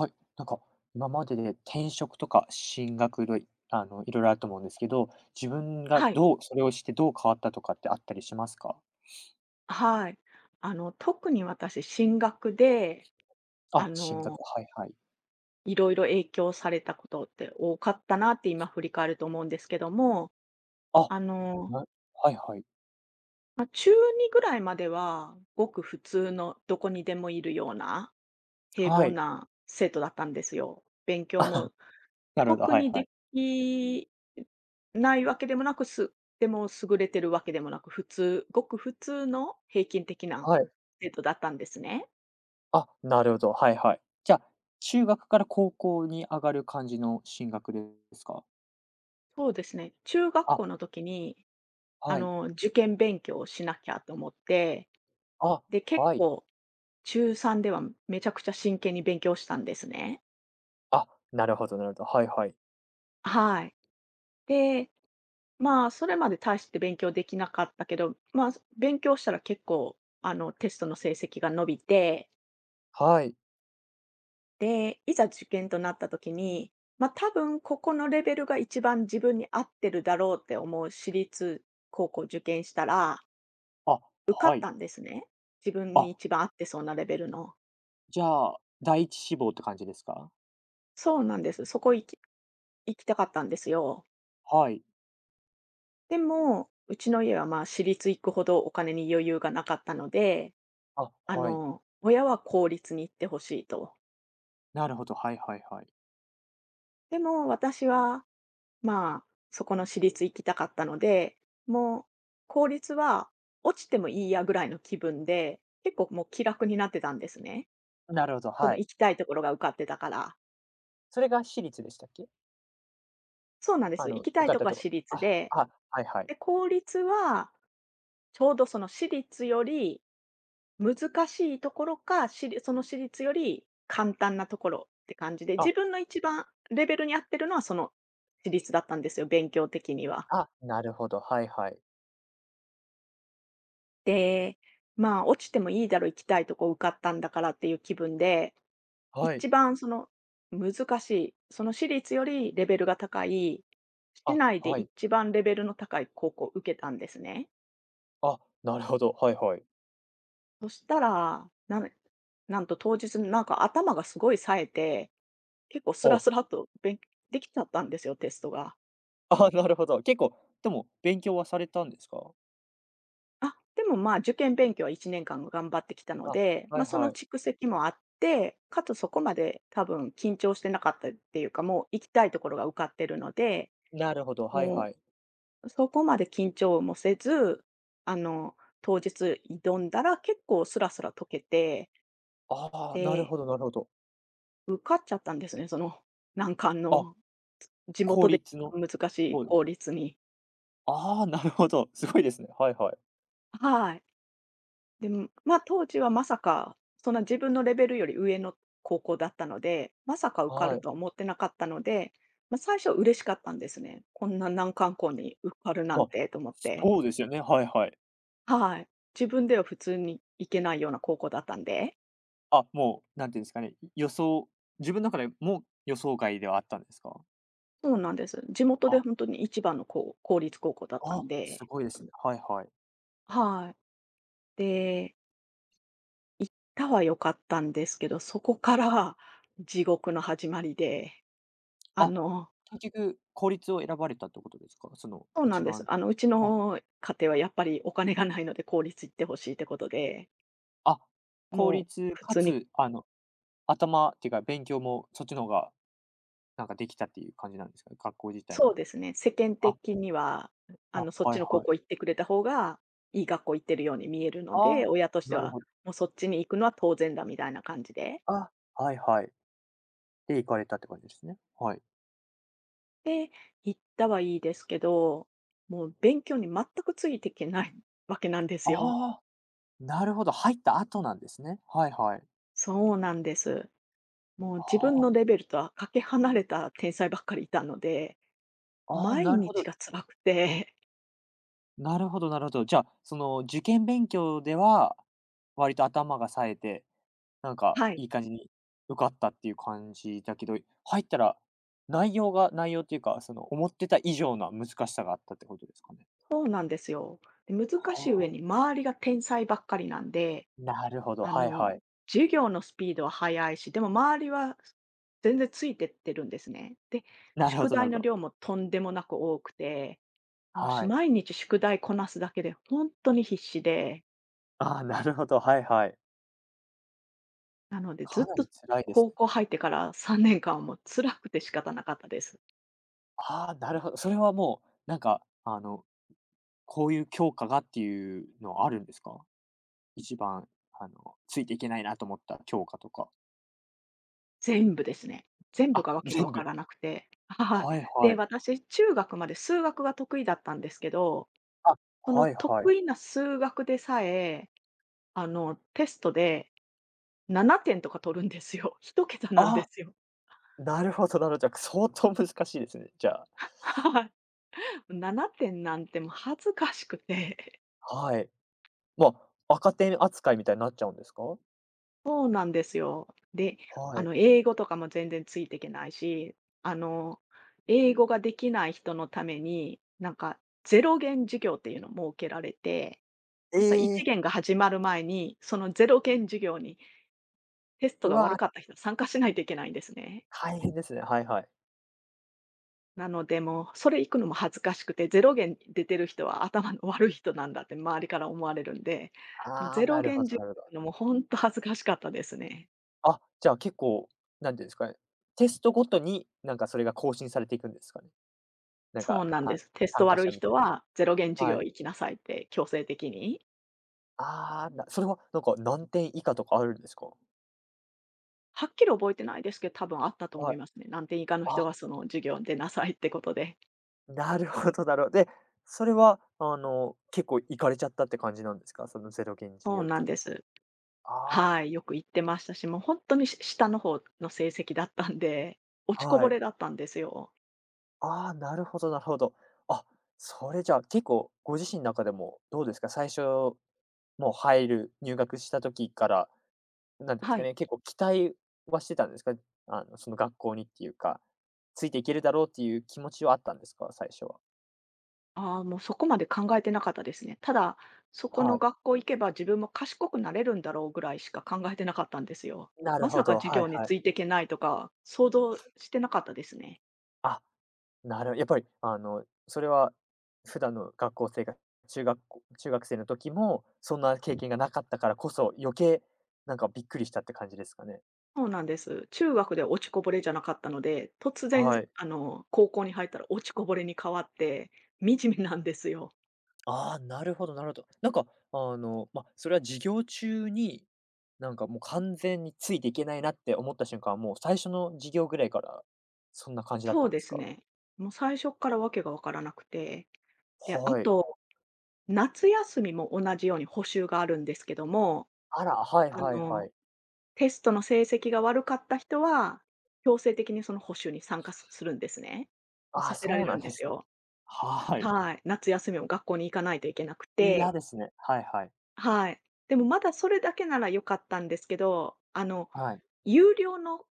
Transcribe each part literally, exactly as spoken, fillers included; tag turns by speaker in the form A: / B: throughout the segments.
A: はい、なんか今までで転職とか進学類、あの、いろいろあると思うんですけど、自分が
B: はい、
A: どうそれをしてどう変わったとかってあったりしますか？
B: はい。あの、特に私、進学で、あ
A: あ、進学、
B: の、
A: はいはい。
B: いろいろ影響されたことって多かったなって今振り返ると思うんですけども、
A: あ、
B: あの、
A: なはいはい。
B: まあ、中ちゅうにぐらいまでは、ごく普通のどこにでもいるような平
A: は
B: 凡
A: い。
B: な生徒だったんですよ。勉強も
A: なるほど、
B: 特
A: はい
B: に
A: は
B: で
A: い。
B: きないわけでもなく、すでも優れてるわけでもなく、普通ごく普通の平均的な
A: はい。
B: 生徒だったんですね。
A: あ、なるほど、はいはい。じゃあ、中学から高校に上がる感じの進学ですか？
B: そうですね。中学
A: あ、
B: 校の時に、あ
A: はい。
B: の、受験勉強をしなきゃと思って、
A: あ、
B: で、結
A: はい。
B: 構、中ちゅうさんではめちゃくちゃ真剣に勉強したんですね。
A: あ、なるほどなるほど。はいはい。
B: はい。で、まあ、それまで大して勉強できなかったけど、まあ、勉強したら結構、あの、テストの成績が伸びて、
A: はい。
B: で、いざ受験となった時に、まあ、多分、ここのレベルが一番自分に合ってるだろうって思う私立高校受験したら、
A: あ、
B: 受か
A: は
B: っ
A: い。
B: たんですね。自分
A: あ、
B: に一番合ってそうなレベルの。
A: じゃあ、第一志望って感じですか？
B: そうなんです。そこ行き行きたかったんですよ。
A: はい。
B: でも、うちの家はまあ、私立行くほどお金に余裕がなかったので、
A: あ、
B: あ
A: はい。
B: の、親は公立に行ってほしいと。
A: なるほど、はいはいはい。
B: でも私は、まあ、そこの私立行きたかったので、もう公立は落ちてもいいやぐらいの気分で、結構もう気楽になってたんですね。
A: なるほど、
B: その
A: はい。
B: 行きたいところが受かってたから。
A: それが私立でしたっけ？
B: そうなんです。
A: あ
B: 行
A: の、
B: きた
A: 受
B: い
A: かっ
B: とこ
A: た
B: は
A: とこ。
B: 私立
A: あ、
B: で、
A: あ、はいはい。
B: で、公立は、ちょうどその私立より難しいところか、私立その私立より簡単なところって感じで、
A: あ、
B: 自分の一番レベルに合ってるのは、その私立だったんですよ、勉強的には。
A: あ、なるほど、はいはい。
B: で、まあ、落ちてもいいだろ、う、行きたいとこ受かったんだからっていう気分で、
A: はい。
B: 一番その難しい、その私立よりレベルが高い、市
A: あ、
B: 内で
A: はい。
B: 一番レベルの高い高校を受けたんですね。
A: あ、なるほど、はいはい。
B: そしたら、なん、なんと当日なんか頭がすごい冴えて、結構スラ
A: お、
B: スラとべんできちゃったんですよ、テストが。
A: あ、なるほど。結構、でも勉強はされたんですか？
B: あ、でもまあ受験勉強はいちねんかん頑張ってきたの
A: あ、
B: で、
A: はい
B: ま、その
A: はい。
B: 蓄積もあって、かつそこまで多分緊張してなかったっていうか、もう行きたいところが受かってるので、
A: なるほど、はいは
B: も
A: い。
B: うそこまで緊張もせず、あの、当日挑んだら結構スラスラ解けて、
A: ああ、なる
B: で
A: ほどなるほど。
B: 受かっちゃったんですね、その難関
A: あ、
B: の、地
A: 公
B: 元で
A: 立
B: 一
A: の
B: 番難しい
A: 方です。
B: 公立に。
A: ああ、なるほど、すごいですね。はいはい。
B: はい。でも、ま、当時はまさか、そんな自分のレベルより上の高校だったので、まさか受か
A: は
B: る
A: い。
B: とは思ってなかったので、まあ、最初は嬉しかったんですね。こんな難関校に受かるな
A: ま
B: ん
A: あ、
B: てと思って。
A: そうですよね、はいはい。
B: はい。自分では普通に行けないような高校だったんで。
A: あ、もう、なんていうんですかね、い予想自分の中でも予想外ではあったんですか？
B: そうなんです。地元で
A: あ、
B: 本当に一番の高公立高校だったん
A: あ、す
B: で。
A: ごいですね。はいはい。
B: はい。で、行ったは良かったんですけど、そこから地獄の始まりで、あ
A: あ、
B: の
A: 結局公立を選ばれたってことですか？その
B: そうな
A: 一
B: んです。
A: 番。
B: あの、うち
A: あ、
B: の家庭はやっぱりお金がないので公立行ってほしいってことで、
A: あ、公
B: もう
A: 立
B: 普
A: か
B: 通に。
A: つ、あの、頭っていうか勉強もそっちの方がなんかできたっていう感じなんですかね？学校自体
B: そ
A: も。
B: うですね、世間
A: あ、
B: 的には、あ
A: あ、
B: の、そっ
A: は
B: ち
A: い
B: の高
A: はい。
B: 校行ってくれた方がいい学校行ってるように見えるの
A: あ、
B: で、親として
A: なる
B: は
A: ほど。
B: もうそっちに行くのは当然だみたいな感じで。
A: あ、はいはい。で、行かれたって感じですね。はい。
B: で、行ったはいいですけど、もう勉強に全くついていけないわけなんです
A: あ
B: よ。
A: あ、なるほど、入った後なんですね。はいはい。
B: そうなんです。もう
A: あ
B: 自分
A: あ。
B: のレベルとはかけ離れた天才ばっかりいたので、
A: ああ、
B: 毎
A: なるほ
B: 日
A: ど。
B: が辛くて、
A: なるほどなるほど。じゃあ、その、受験勉強では、割と頭が冴えて、なんか
B: はい、
A: いい感じに受かったっていう感じだけど、入ったら、内容が内容っていうか、その、思ってた以上な難しさがあったってことですかね？
B: そうなんですよ。で、難
A: は
B: しい上に
A: あ、
B: 周りが天才ばっかりなんで、
A: なるほど、
B: あ
A: はい
B: の、
A: はい。
B: 授業のスピードは速いし、でも周りは全然ついてってるんですね。で、
A: なるほ
B: 宿
A: どな
B: 題
A: る
B: の
A: ほど。
B: 量もとんでもなく多くて、もうし
A: はい。
B: 毎日宿題こなすだけで本当に必死で、
A: ああ、なるほど、はいはい。
B: なのでずっ
A: かな
B: と
A: り辛いです
B: 高
A: ね。
B: 校入ってからさんねんかんはもう辛くて仕方なかったです。
A: ああ、なるほど。それはもう、なんか、あの、こういう教科がっていうのはあるんですか？一番、あの、ついていけないなと思った教科とか。
B: 全部ですね。全部
A: あ、
B: がわけが分
A: 全
B: か
A: 部。
B: らなくて。はい。
A: はい
B: で、
A: はい。
B: 私、中学まで数学が得意だったんですけど、
A: あ、
B: その
A: はいはい。
B: 得意な数学でさえ、あの、テストでななてんとか取るんですよ。一桁なんで
A: あ、
B: すよ。
A: なるほどなるほど。じゃあ、相当難しいですね、じゃあ。
B: はい。ななてんなんてもう恥ずかしくて。
A: はい。ま、赤点扱いみたいになっちゃうんですか？
B: そうなんですよ。で、あ
A: はい。
B: の、英語とかも全然ついていけないし、あの、英語ができない人のために、なんか、ゼロ元授業っていうのも設けられて
A: え
B: 朝いち
A: え、
B: 限が始まる前に、そのぜろ限授業にテスト
A: う
B: が悪
A: わ、
B: かった人は参加しないといけないんですね。
A: 大変ですね。はいはい。
B: なので、もうそれ行くのも恥ずかしくて、れい限出てる人は頭の悪い人なんだって周りから思われるんで、もう
A: ああ、
B: ぜろ
A: なる
B: 限
A: ほど
B: 授
A: なるほ
B: 業行
A: ど。
B: くのも本当恥ずかしかったですね。
A: あ、じゃあ結構、なんていうんですかね、テストごとに、なんかそれが更新されていくんですかね？なん
B: そう
A: か、
B: なん
A: あ、
B: です。テスト
A: 参加
B: 悪い
A: 者み
B: 人
A: たい。
B: はぜろ限授
A: は
B: 業
A: い。
B: 行きなさいって強制的に。
A: ああ、なそれはなんか何点以下とかあるんですか？
B: はっきり覚えてないですけど、多分あったと思
A: は
B: い
A: い。
B: ますね。何点以下の人
A: あ、
B: はその授業に出なさいってことで。
A: なるほどなるほどで、それはあの、結構行かれちゃったって感じなんですか？そのゼロ件事
B: そう
A: 業っ
B: な
A: て
B: ん
A: いうの
B: で
A: は。
B: す。
A: あ
B: はい、よく行ってましたし、もう本当にし下の方の成績だったんで、落
A: あ、
B: ちこぼ
A: は
B: れ
A: い。
B: だったんですよ。
A: ああ、なるほどなるほど。あ、それじゃあ結構ご自身の中でもどうですか？最初、もう入る入学した時から、なんていうんです
B: は
A: か
B: い。
A: ね、結構期待はしてたんですか？あの、その学校にっていうか、ついていけるだろうっていう気持ちはあったんですか？最初は。
B: ああ、もうそこまで考えてなかったですね。ただ、そこ
A: は
B: の
A: い。
B: 学校行けば自分も賢くなれるんだろうぐらいしか考えてなかったんですよ。
A: な
B: ま
A: るほ
B: さか
A: ど、
B: 授
A: はい
B: 業に
A: はい。
B: ついていけないとか、想像してなかったですね。
A: あ、なるやっぱり、あの、それは普段の学校生活、中学校中学生の時も、そんな経験がなかったからこそ、余計なんかびっくりしたって感じですかね。
B: そうなんです。中学で落ちこぼれじゃなかったので、突然、
A: はい。
B: あの、高校に入ったら落ちこぼれに変わって、惨めなんですよ。
A: ああ、なるほどなるほど。なんか、あの、ま、それは授業中に、なんかもう完全についていけないなって思った瞬間は、もう最初の授業ぐらいから、そんな感じだっ
B: そ
A: た
B: う
A: ん
B: で
A: です
B: す
A: か？
B: ね。もう最初からわけがわからなくて。で、あ
A: はい。
B: と、夏休みも同じように補習があるんですけども、
A: あら、はい
B: あ
A: はいは
B: の、
A: い。
B: テストの成績が悪かった人は、強制的にその補習に参加すするんですね。もう
A: ああ、
B: させら
A: そ
B: れ
A: う
B: る
A: なん
B: んで
A: で
B: す
A: すね。
B: よ。
A: はい。
B: はい。夏休みも学校に行かないといけなく
A: 嫌
B: て、
A: ですね。はいはい。
B: はい。でもまだそれだけなら良かったんですけど、あの、
A: はい。
B: 有料の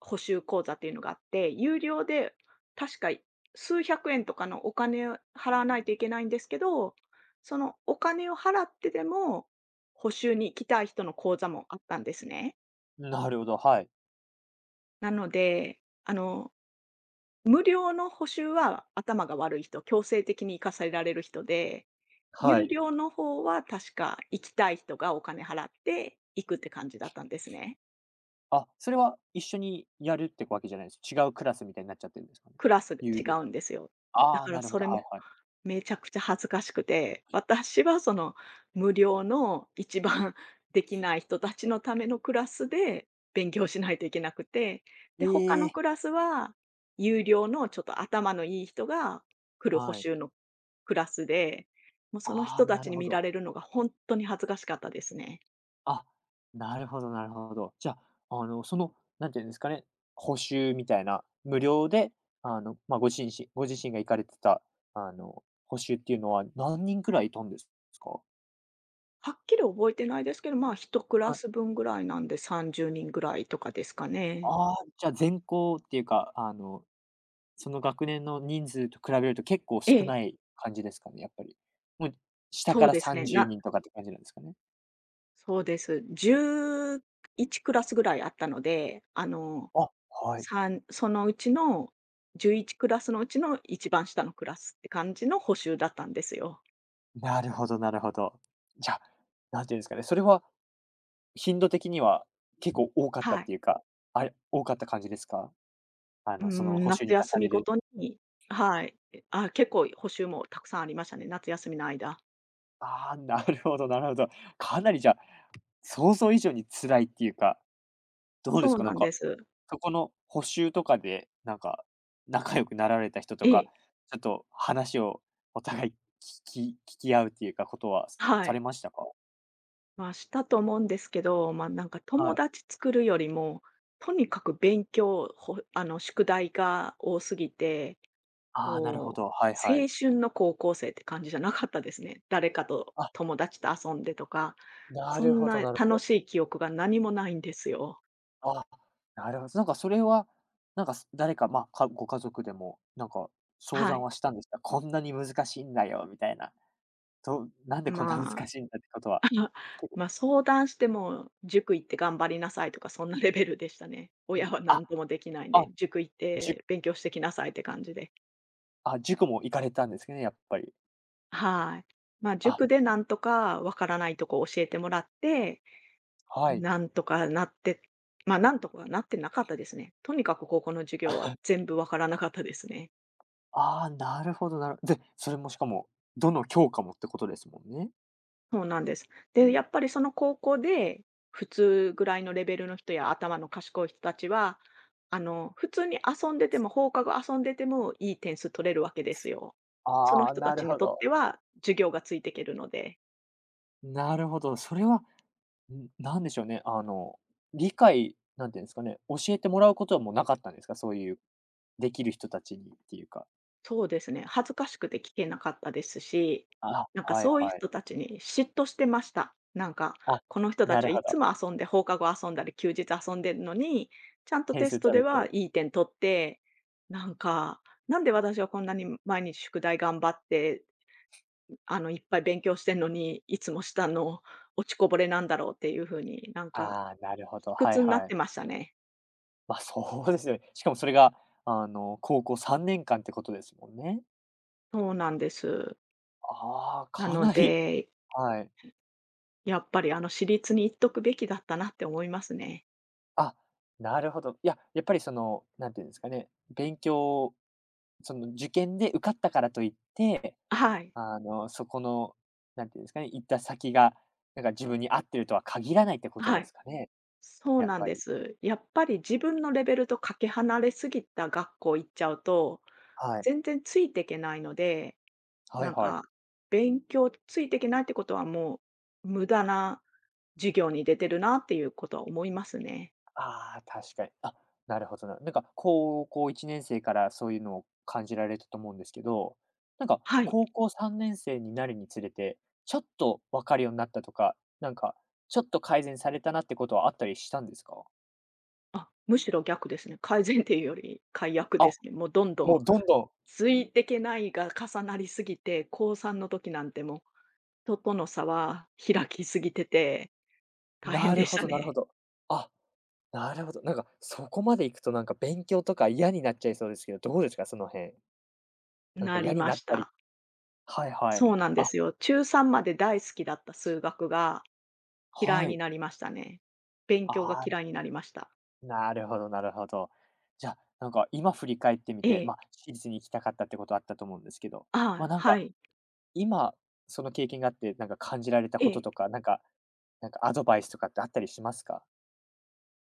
B: 補修講座っていうのがあって、有料で確か数百円とかのお金を払わないといけないんですけど、そのお金を払ってでも補修に行きたい人の講座もあったんですね。
A: なるほど、はい。
B: なので、あの、無料の補修は頭が悪い人、強制的に行かされられる人で、
A: は
B: 有
A: い。
B: 料の方は確か行きたい人がお金払って行くって感じだったんですね。
A: あ、それは一緒にやるってわけじゃないです。違うクラスみたいになっちゃってるんですかね？
B: クラスが
A: ゆう
B: 違うんですよ。だ
A: ああ、
B: から
A: なるほ
B: そ
A: ど、
B: れ
A: はい
B: も
A: はい。
B: めちゃくちゃ恥ずかしくて、私はその無料の一番 できない人たちのためのクラスで勉強しないといけなくて、で、
A: え
B: 他の
A: え、
B: クラスは有料のちょっと頭のいい人が来る補
A: はい。
B: 習のクラスで、もうその
A: あ
B: 人
A: あ、
B: た
A: な
B: ち
A: る
B: に
A: ほ
B: 見ら
A: ど。
B: れるのが本当に恥ずかしかったですね。
A: あ、なるほどなるほど。じゃあ、あの、その、なんていうんですかね、補習みたいな、無料で、あの、まあ、ご自身しご自身が行かれてた、あの、補習っていうのは何人くらいいたんですか？
B: はっきり覚えてないですけど、まあ一クラ
A: はい。
B: ス分ぐらいなんでさんじゅうにんぐらいとかですかね。
A: ああ、じゃ、全校っていうか、あの、その学年の人数と比べると結構
B: え
A: 少
B: え、
A: ない感じですかね、やっぱり。もう下
B: そ
A: か
B: う
A: ら
B: ですね。
A: 30
B: な
A: 人とかって感じなんですかね？
B: そうです。じゅういちクラスぐらいあったので、あの、
A: あ、はい。
B: さんそのうちのじゅういちクラスのうちの一番下のクラスって感じの補習だったんですよ。
A: なるほどなるほど。じゃ、何て言うんですかね、それは頻度的には結構多かった
B: は
A: っ
B: い。
A: ていうか、あれ、多かった感じですか？あ
B: うー
A: の、その
B: ん、
A: 補習
B: 夏
A: に行かさ
B: 休
A: れ
B: みご
A: る。
B: とに、はい。え、あ、結構補習もたくさんありましたね、夏休みの間。
A: ああ、なるほどなるほど。かなりじゃあ、想像以上に辛いっていうか、どうで
B: そ
A: す
B: う
A: か？な
B: な
A: ん
B: ん
A: か
B: です。
A: そこの補習とかで、なんか、仲良くなられた人と
B: え
A: か、
B: え、
A: ちょっと話をお互い聞き聞き合うっていうか、ことは
B: は
A: さ
B: い。
A: れましたか？
B: まあ、したと思うんですけど、まあ、なんか
A: は
B: 友
A: い。
B: 達作るよりも、とにかく勉強、ほあの、宿題が多すぎて
A: ああ、なるほ
B: こ
A: ど、はい
B: う、
A: は
B: 青
A: い。
B: 春の高校生って感じじゃなかったですね。誰かと
A: あ、
B: 友達と遊んでとか、
A: な
B: そ
A: る
B: ん
A: ほど
B: な
A: なるほ
B: 楽
A: ど。
B: しい記憶が何もないんですよ。
A: あ、なるほど。なんかそれは、なんか、す誰か、まあ、かご家族でも、なんか、相
B: は
A: 談
B: い。
A: はしたんですか？こんなに難しいんだよみたいな。となんで
B: ま
A: こんな難
B: あ、
A: しいんだってことは、結構。
B: まあ、相談しても「塾行って頑張りなさい」とかそんなレベルでしたね。親は
A: あ、
B: 何ともできないん
A: あ、
B: で、「塾行っ
A: じゅ
B: て勉強してきなさい」って感じで。
A: あ、塾も行かれたんですね、やっぱり。
B: はい。まあ、
A: あ、
B: 塾でなんとかわからないとこ教えてもらって
A: はい。
B: なんとかなって、ま、なんとかなってなかったですね。とにかく高校の授業は全部わからなかったですね。
A: ああ、なるほどなるで、それもしかも、どの教科もってことですもんね。
B: そうなんです。で、やっぱりその高校で、普通ぐらいのレベルの人や頭の賢い人たちは、あの、普通に遊んでても、放課後遊んでてもいい点数取れるわけですよ。その
A: ああ、
B: 人た
A: な
B: ち
A: る
B: に
A: ほ
B: とっ
A: ど。
B: ては、授業がついていけるので。
A: なるほど、それは、ん、なんでしょうね、あの、理解なんていうんですかね、教えてもらうことはもうなかったんですか？そういう、できる人たちにっていうか。
B: そうですね。恥ずかしくて聞けなかったですし、
A: あ。
B: なんか
A: はい
B: そういう
A: はい。
B: 人たちに嫉妬してました。なんか、
A: あ、
B: この人た
A: な
B: ち
A: る
B: は
A: ほ
B: いつ
A: ど。
B: も遊んで、放課後遊んだり、休日遊んでるのに、ちゃんと
A: 点
B: テ
A: 数
B: スト
A: 取
B: で
A: れ
B: は
A: て。
B: いい点取って、なんか、なんで私はこんなに毎日宿題頑張って、あの、いっぱい勉強してんのに、いつも下の落ちこぼれなんだろうっていうふうになんか、
A: ああ、なるほど、
B: 卑
A: はい
B: 屈にな
A: は
B: っ
A: い。
B: てましたね。
A: まあ、そうですよね。しかもそれが、あの、高校さんねんかんってことですもんね。
B: そうなんです。
A: ああ、
B: な
A: か
B: の
A: なり。
B: で、
A: はい。
B: やっぱりあの私立に行っとくべきだったなって思いますね。
A: あ、なるほど。いや、やっぱりその、なんていうんですかね、勉強、その受験で受かったからといって、
B: はい、
A: あの、そこの、なんていうんですかね、行った先が、なんか自分に合ってるとは限らないってこと
B: は
A: で
B: い。
A: すかね、
B: そう
A: やっ
B: なん
A: ぱ
B: で
A: り。
B: す。やっぱり自分のレベルとかけ離れすぎた学校行っちゃうと、
A: はい。
B: 全然ついていけないので、
A: は
B: な
A: い
B: ん
A: はい。
B: か、勉強ついていけないってことはもう、無駄な授業に出てるなっていうことは思いますね。
A: ああ、確かに。あ、なるほどな。なんか高校いちねん生からそういうのを感じられたと思うんですけど、なんか
B: はい。
A: 高校さんねん生になるにつれて、ちょっと分かるようになったとか、なんかちょっと改善されたなってことはあったりしたんですか？
B: あ、むしろ逆ですね。改善っていうより改悪
A: あ、
B: ですね。もうどんど
A: も
B: ん
A: うどんどん。
B: ついてけないが重なりすぎて、高さんの時なんてもう、人との差は開きすぎてて、大変
A: な
B: で
A: る
B: し
A: ほ
B: た
A: どなるほ
B: ね。
A: ど。あ、なるほど。なんかそこまで行くとなんか勉強とか嫌になっちゃいそうですけど、どうですか？その辺。なんか
B: な
A: 嫌
B: り
A: に
B: ま
A: なっ
B: し
A: たり。
B: た。
A: はいはい。
B: そうなんで
A: あ、
B: すよ。中さんまで大好きだった数学が嫌
A: は
B: いに
A: い。
B: なりましたね。勉強が
A: ああ。
B: 嫌いになりました。
A: なるほどなるほど。じゃあ、なんか今振り返ってみ
B: え
A: て、
B: え。
A: まあ、私立に行きたかったってことあったと思うんですけど、
B: あ
A: ま、
B: あ、
A: なん
B: は
A: か、
B: い。
A: 今その経験があって、なんか感じられたこと
B: え
A: と
B: え。
A: か、なんかなんかアドバイスとかってあったりしますか？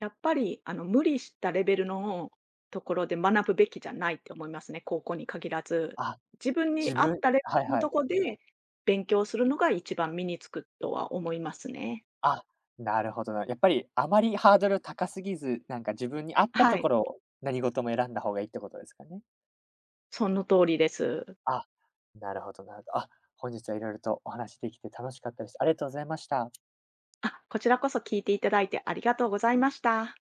B: やっぱり、あの、無理したレベルのところで学ぶべきじゃないって思いますね、高校に限らず。
A: あ、
B: 自分に
A: 自
B: 合
A: 分
B: ったレベ
A: はい
B: ルの
A: はい。
B: とこで勉強するのが一番身につくとは思いますね。
A: あ、なるほどな。やっぱりあまりハードル高すぎず、なんか自分に合った
B: は
A: とこ
B: い、
A: ろを何事も選んだ方がいいってことですかね？
B: その通りです。
A: あ、なるほどなるほど。あ、本日はいろいろとお話できて楽しかったです。ありがとうございました。
B: あ、こちらこそ聞いていただいてありがとうございました。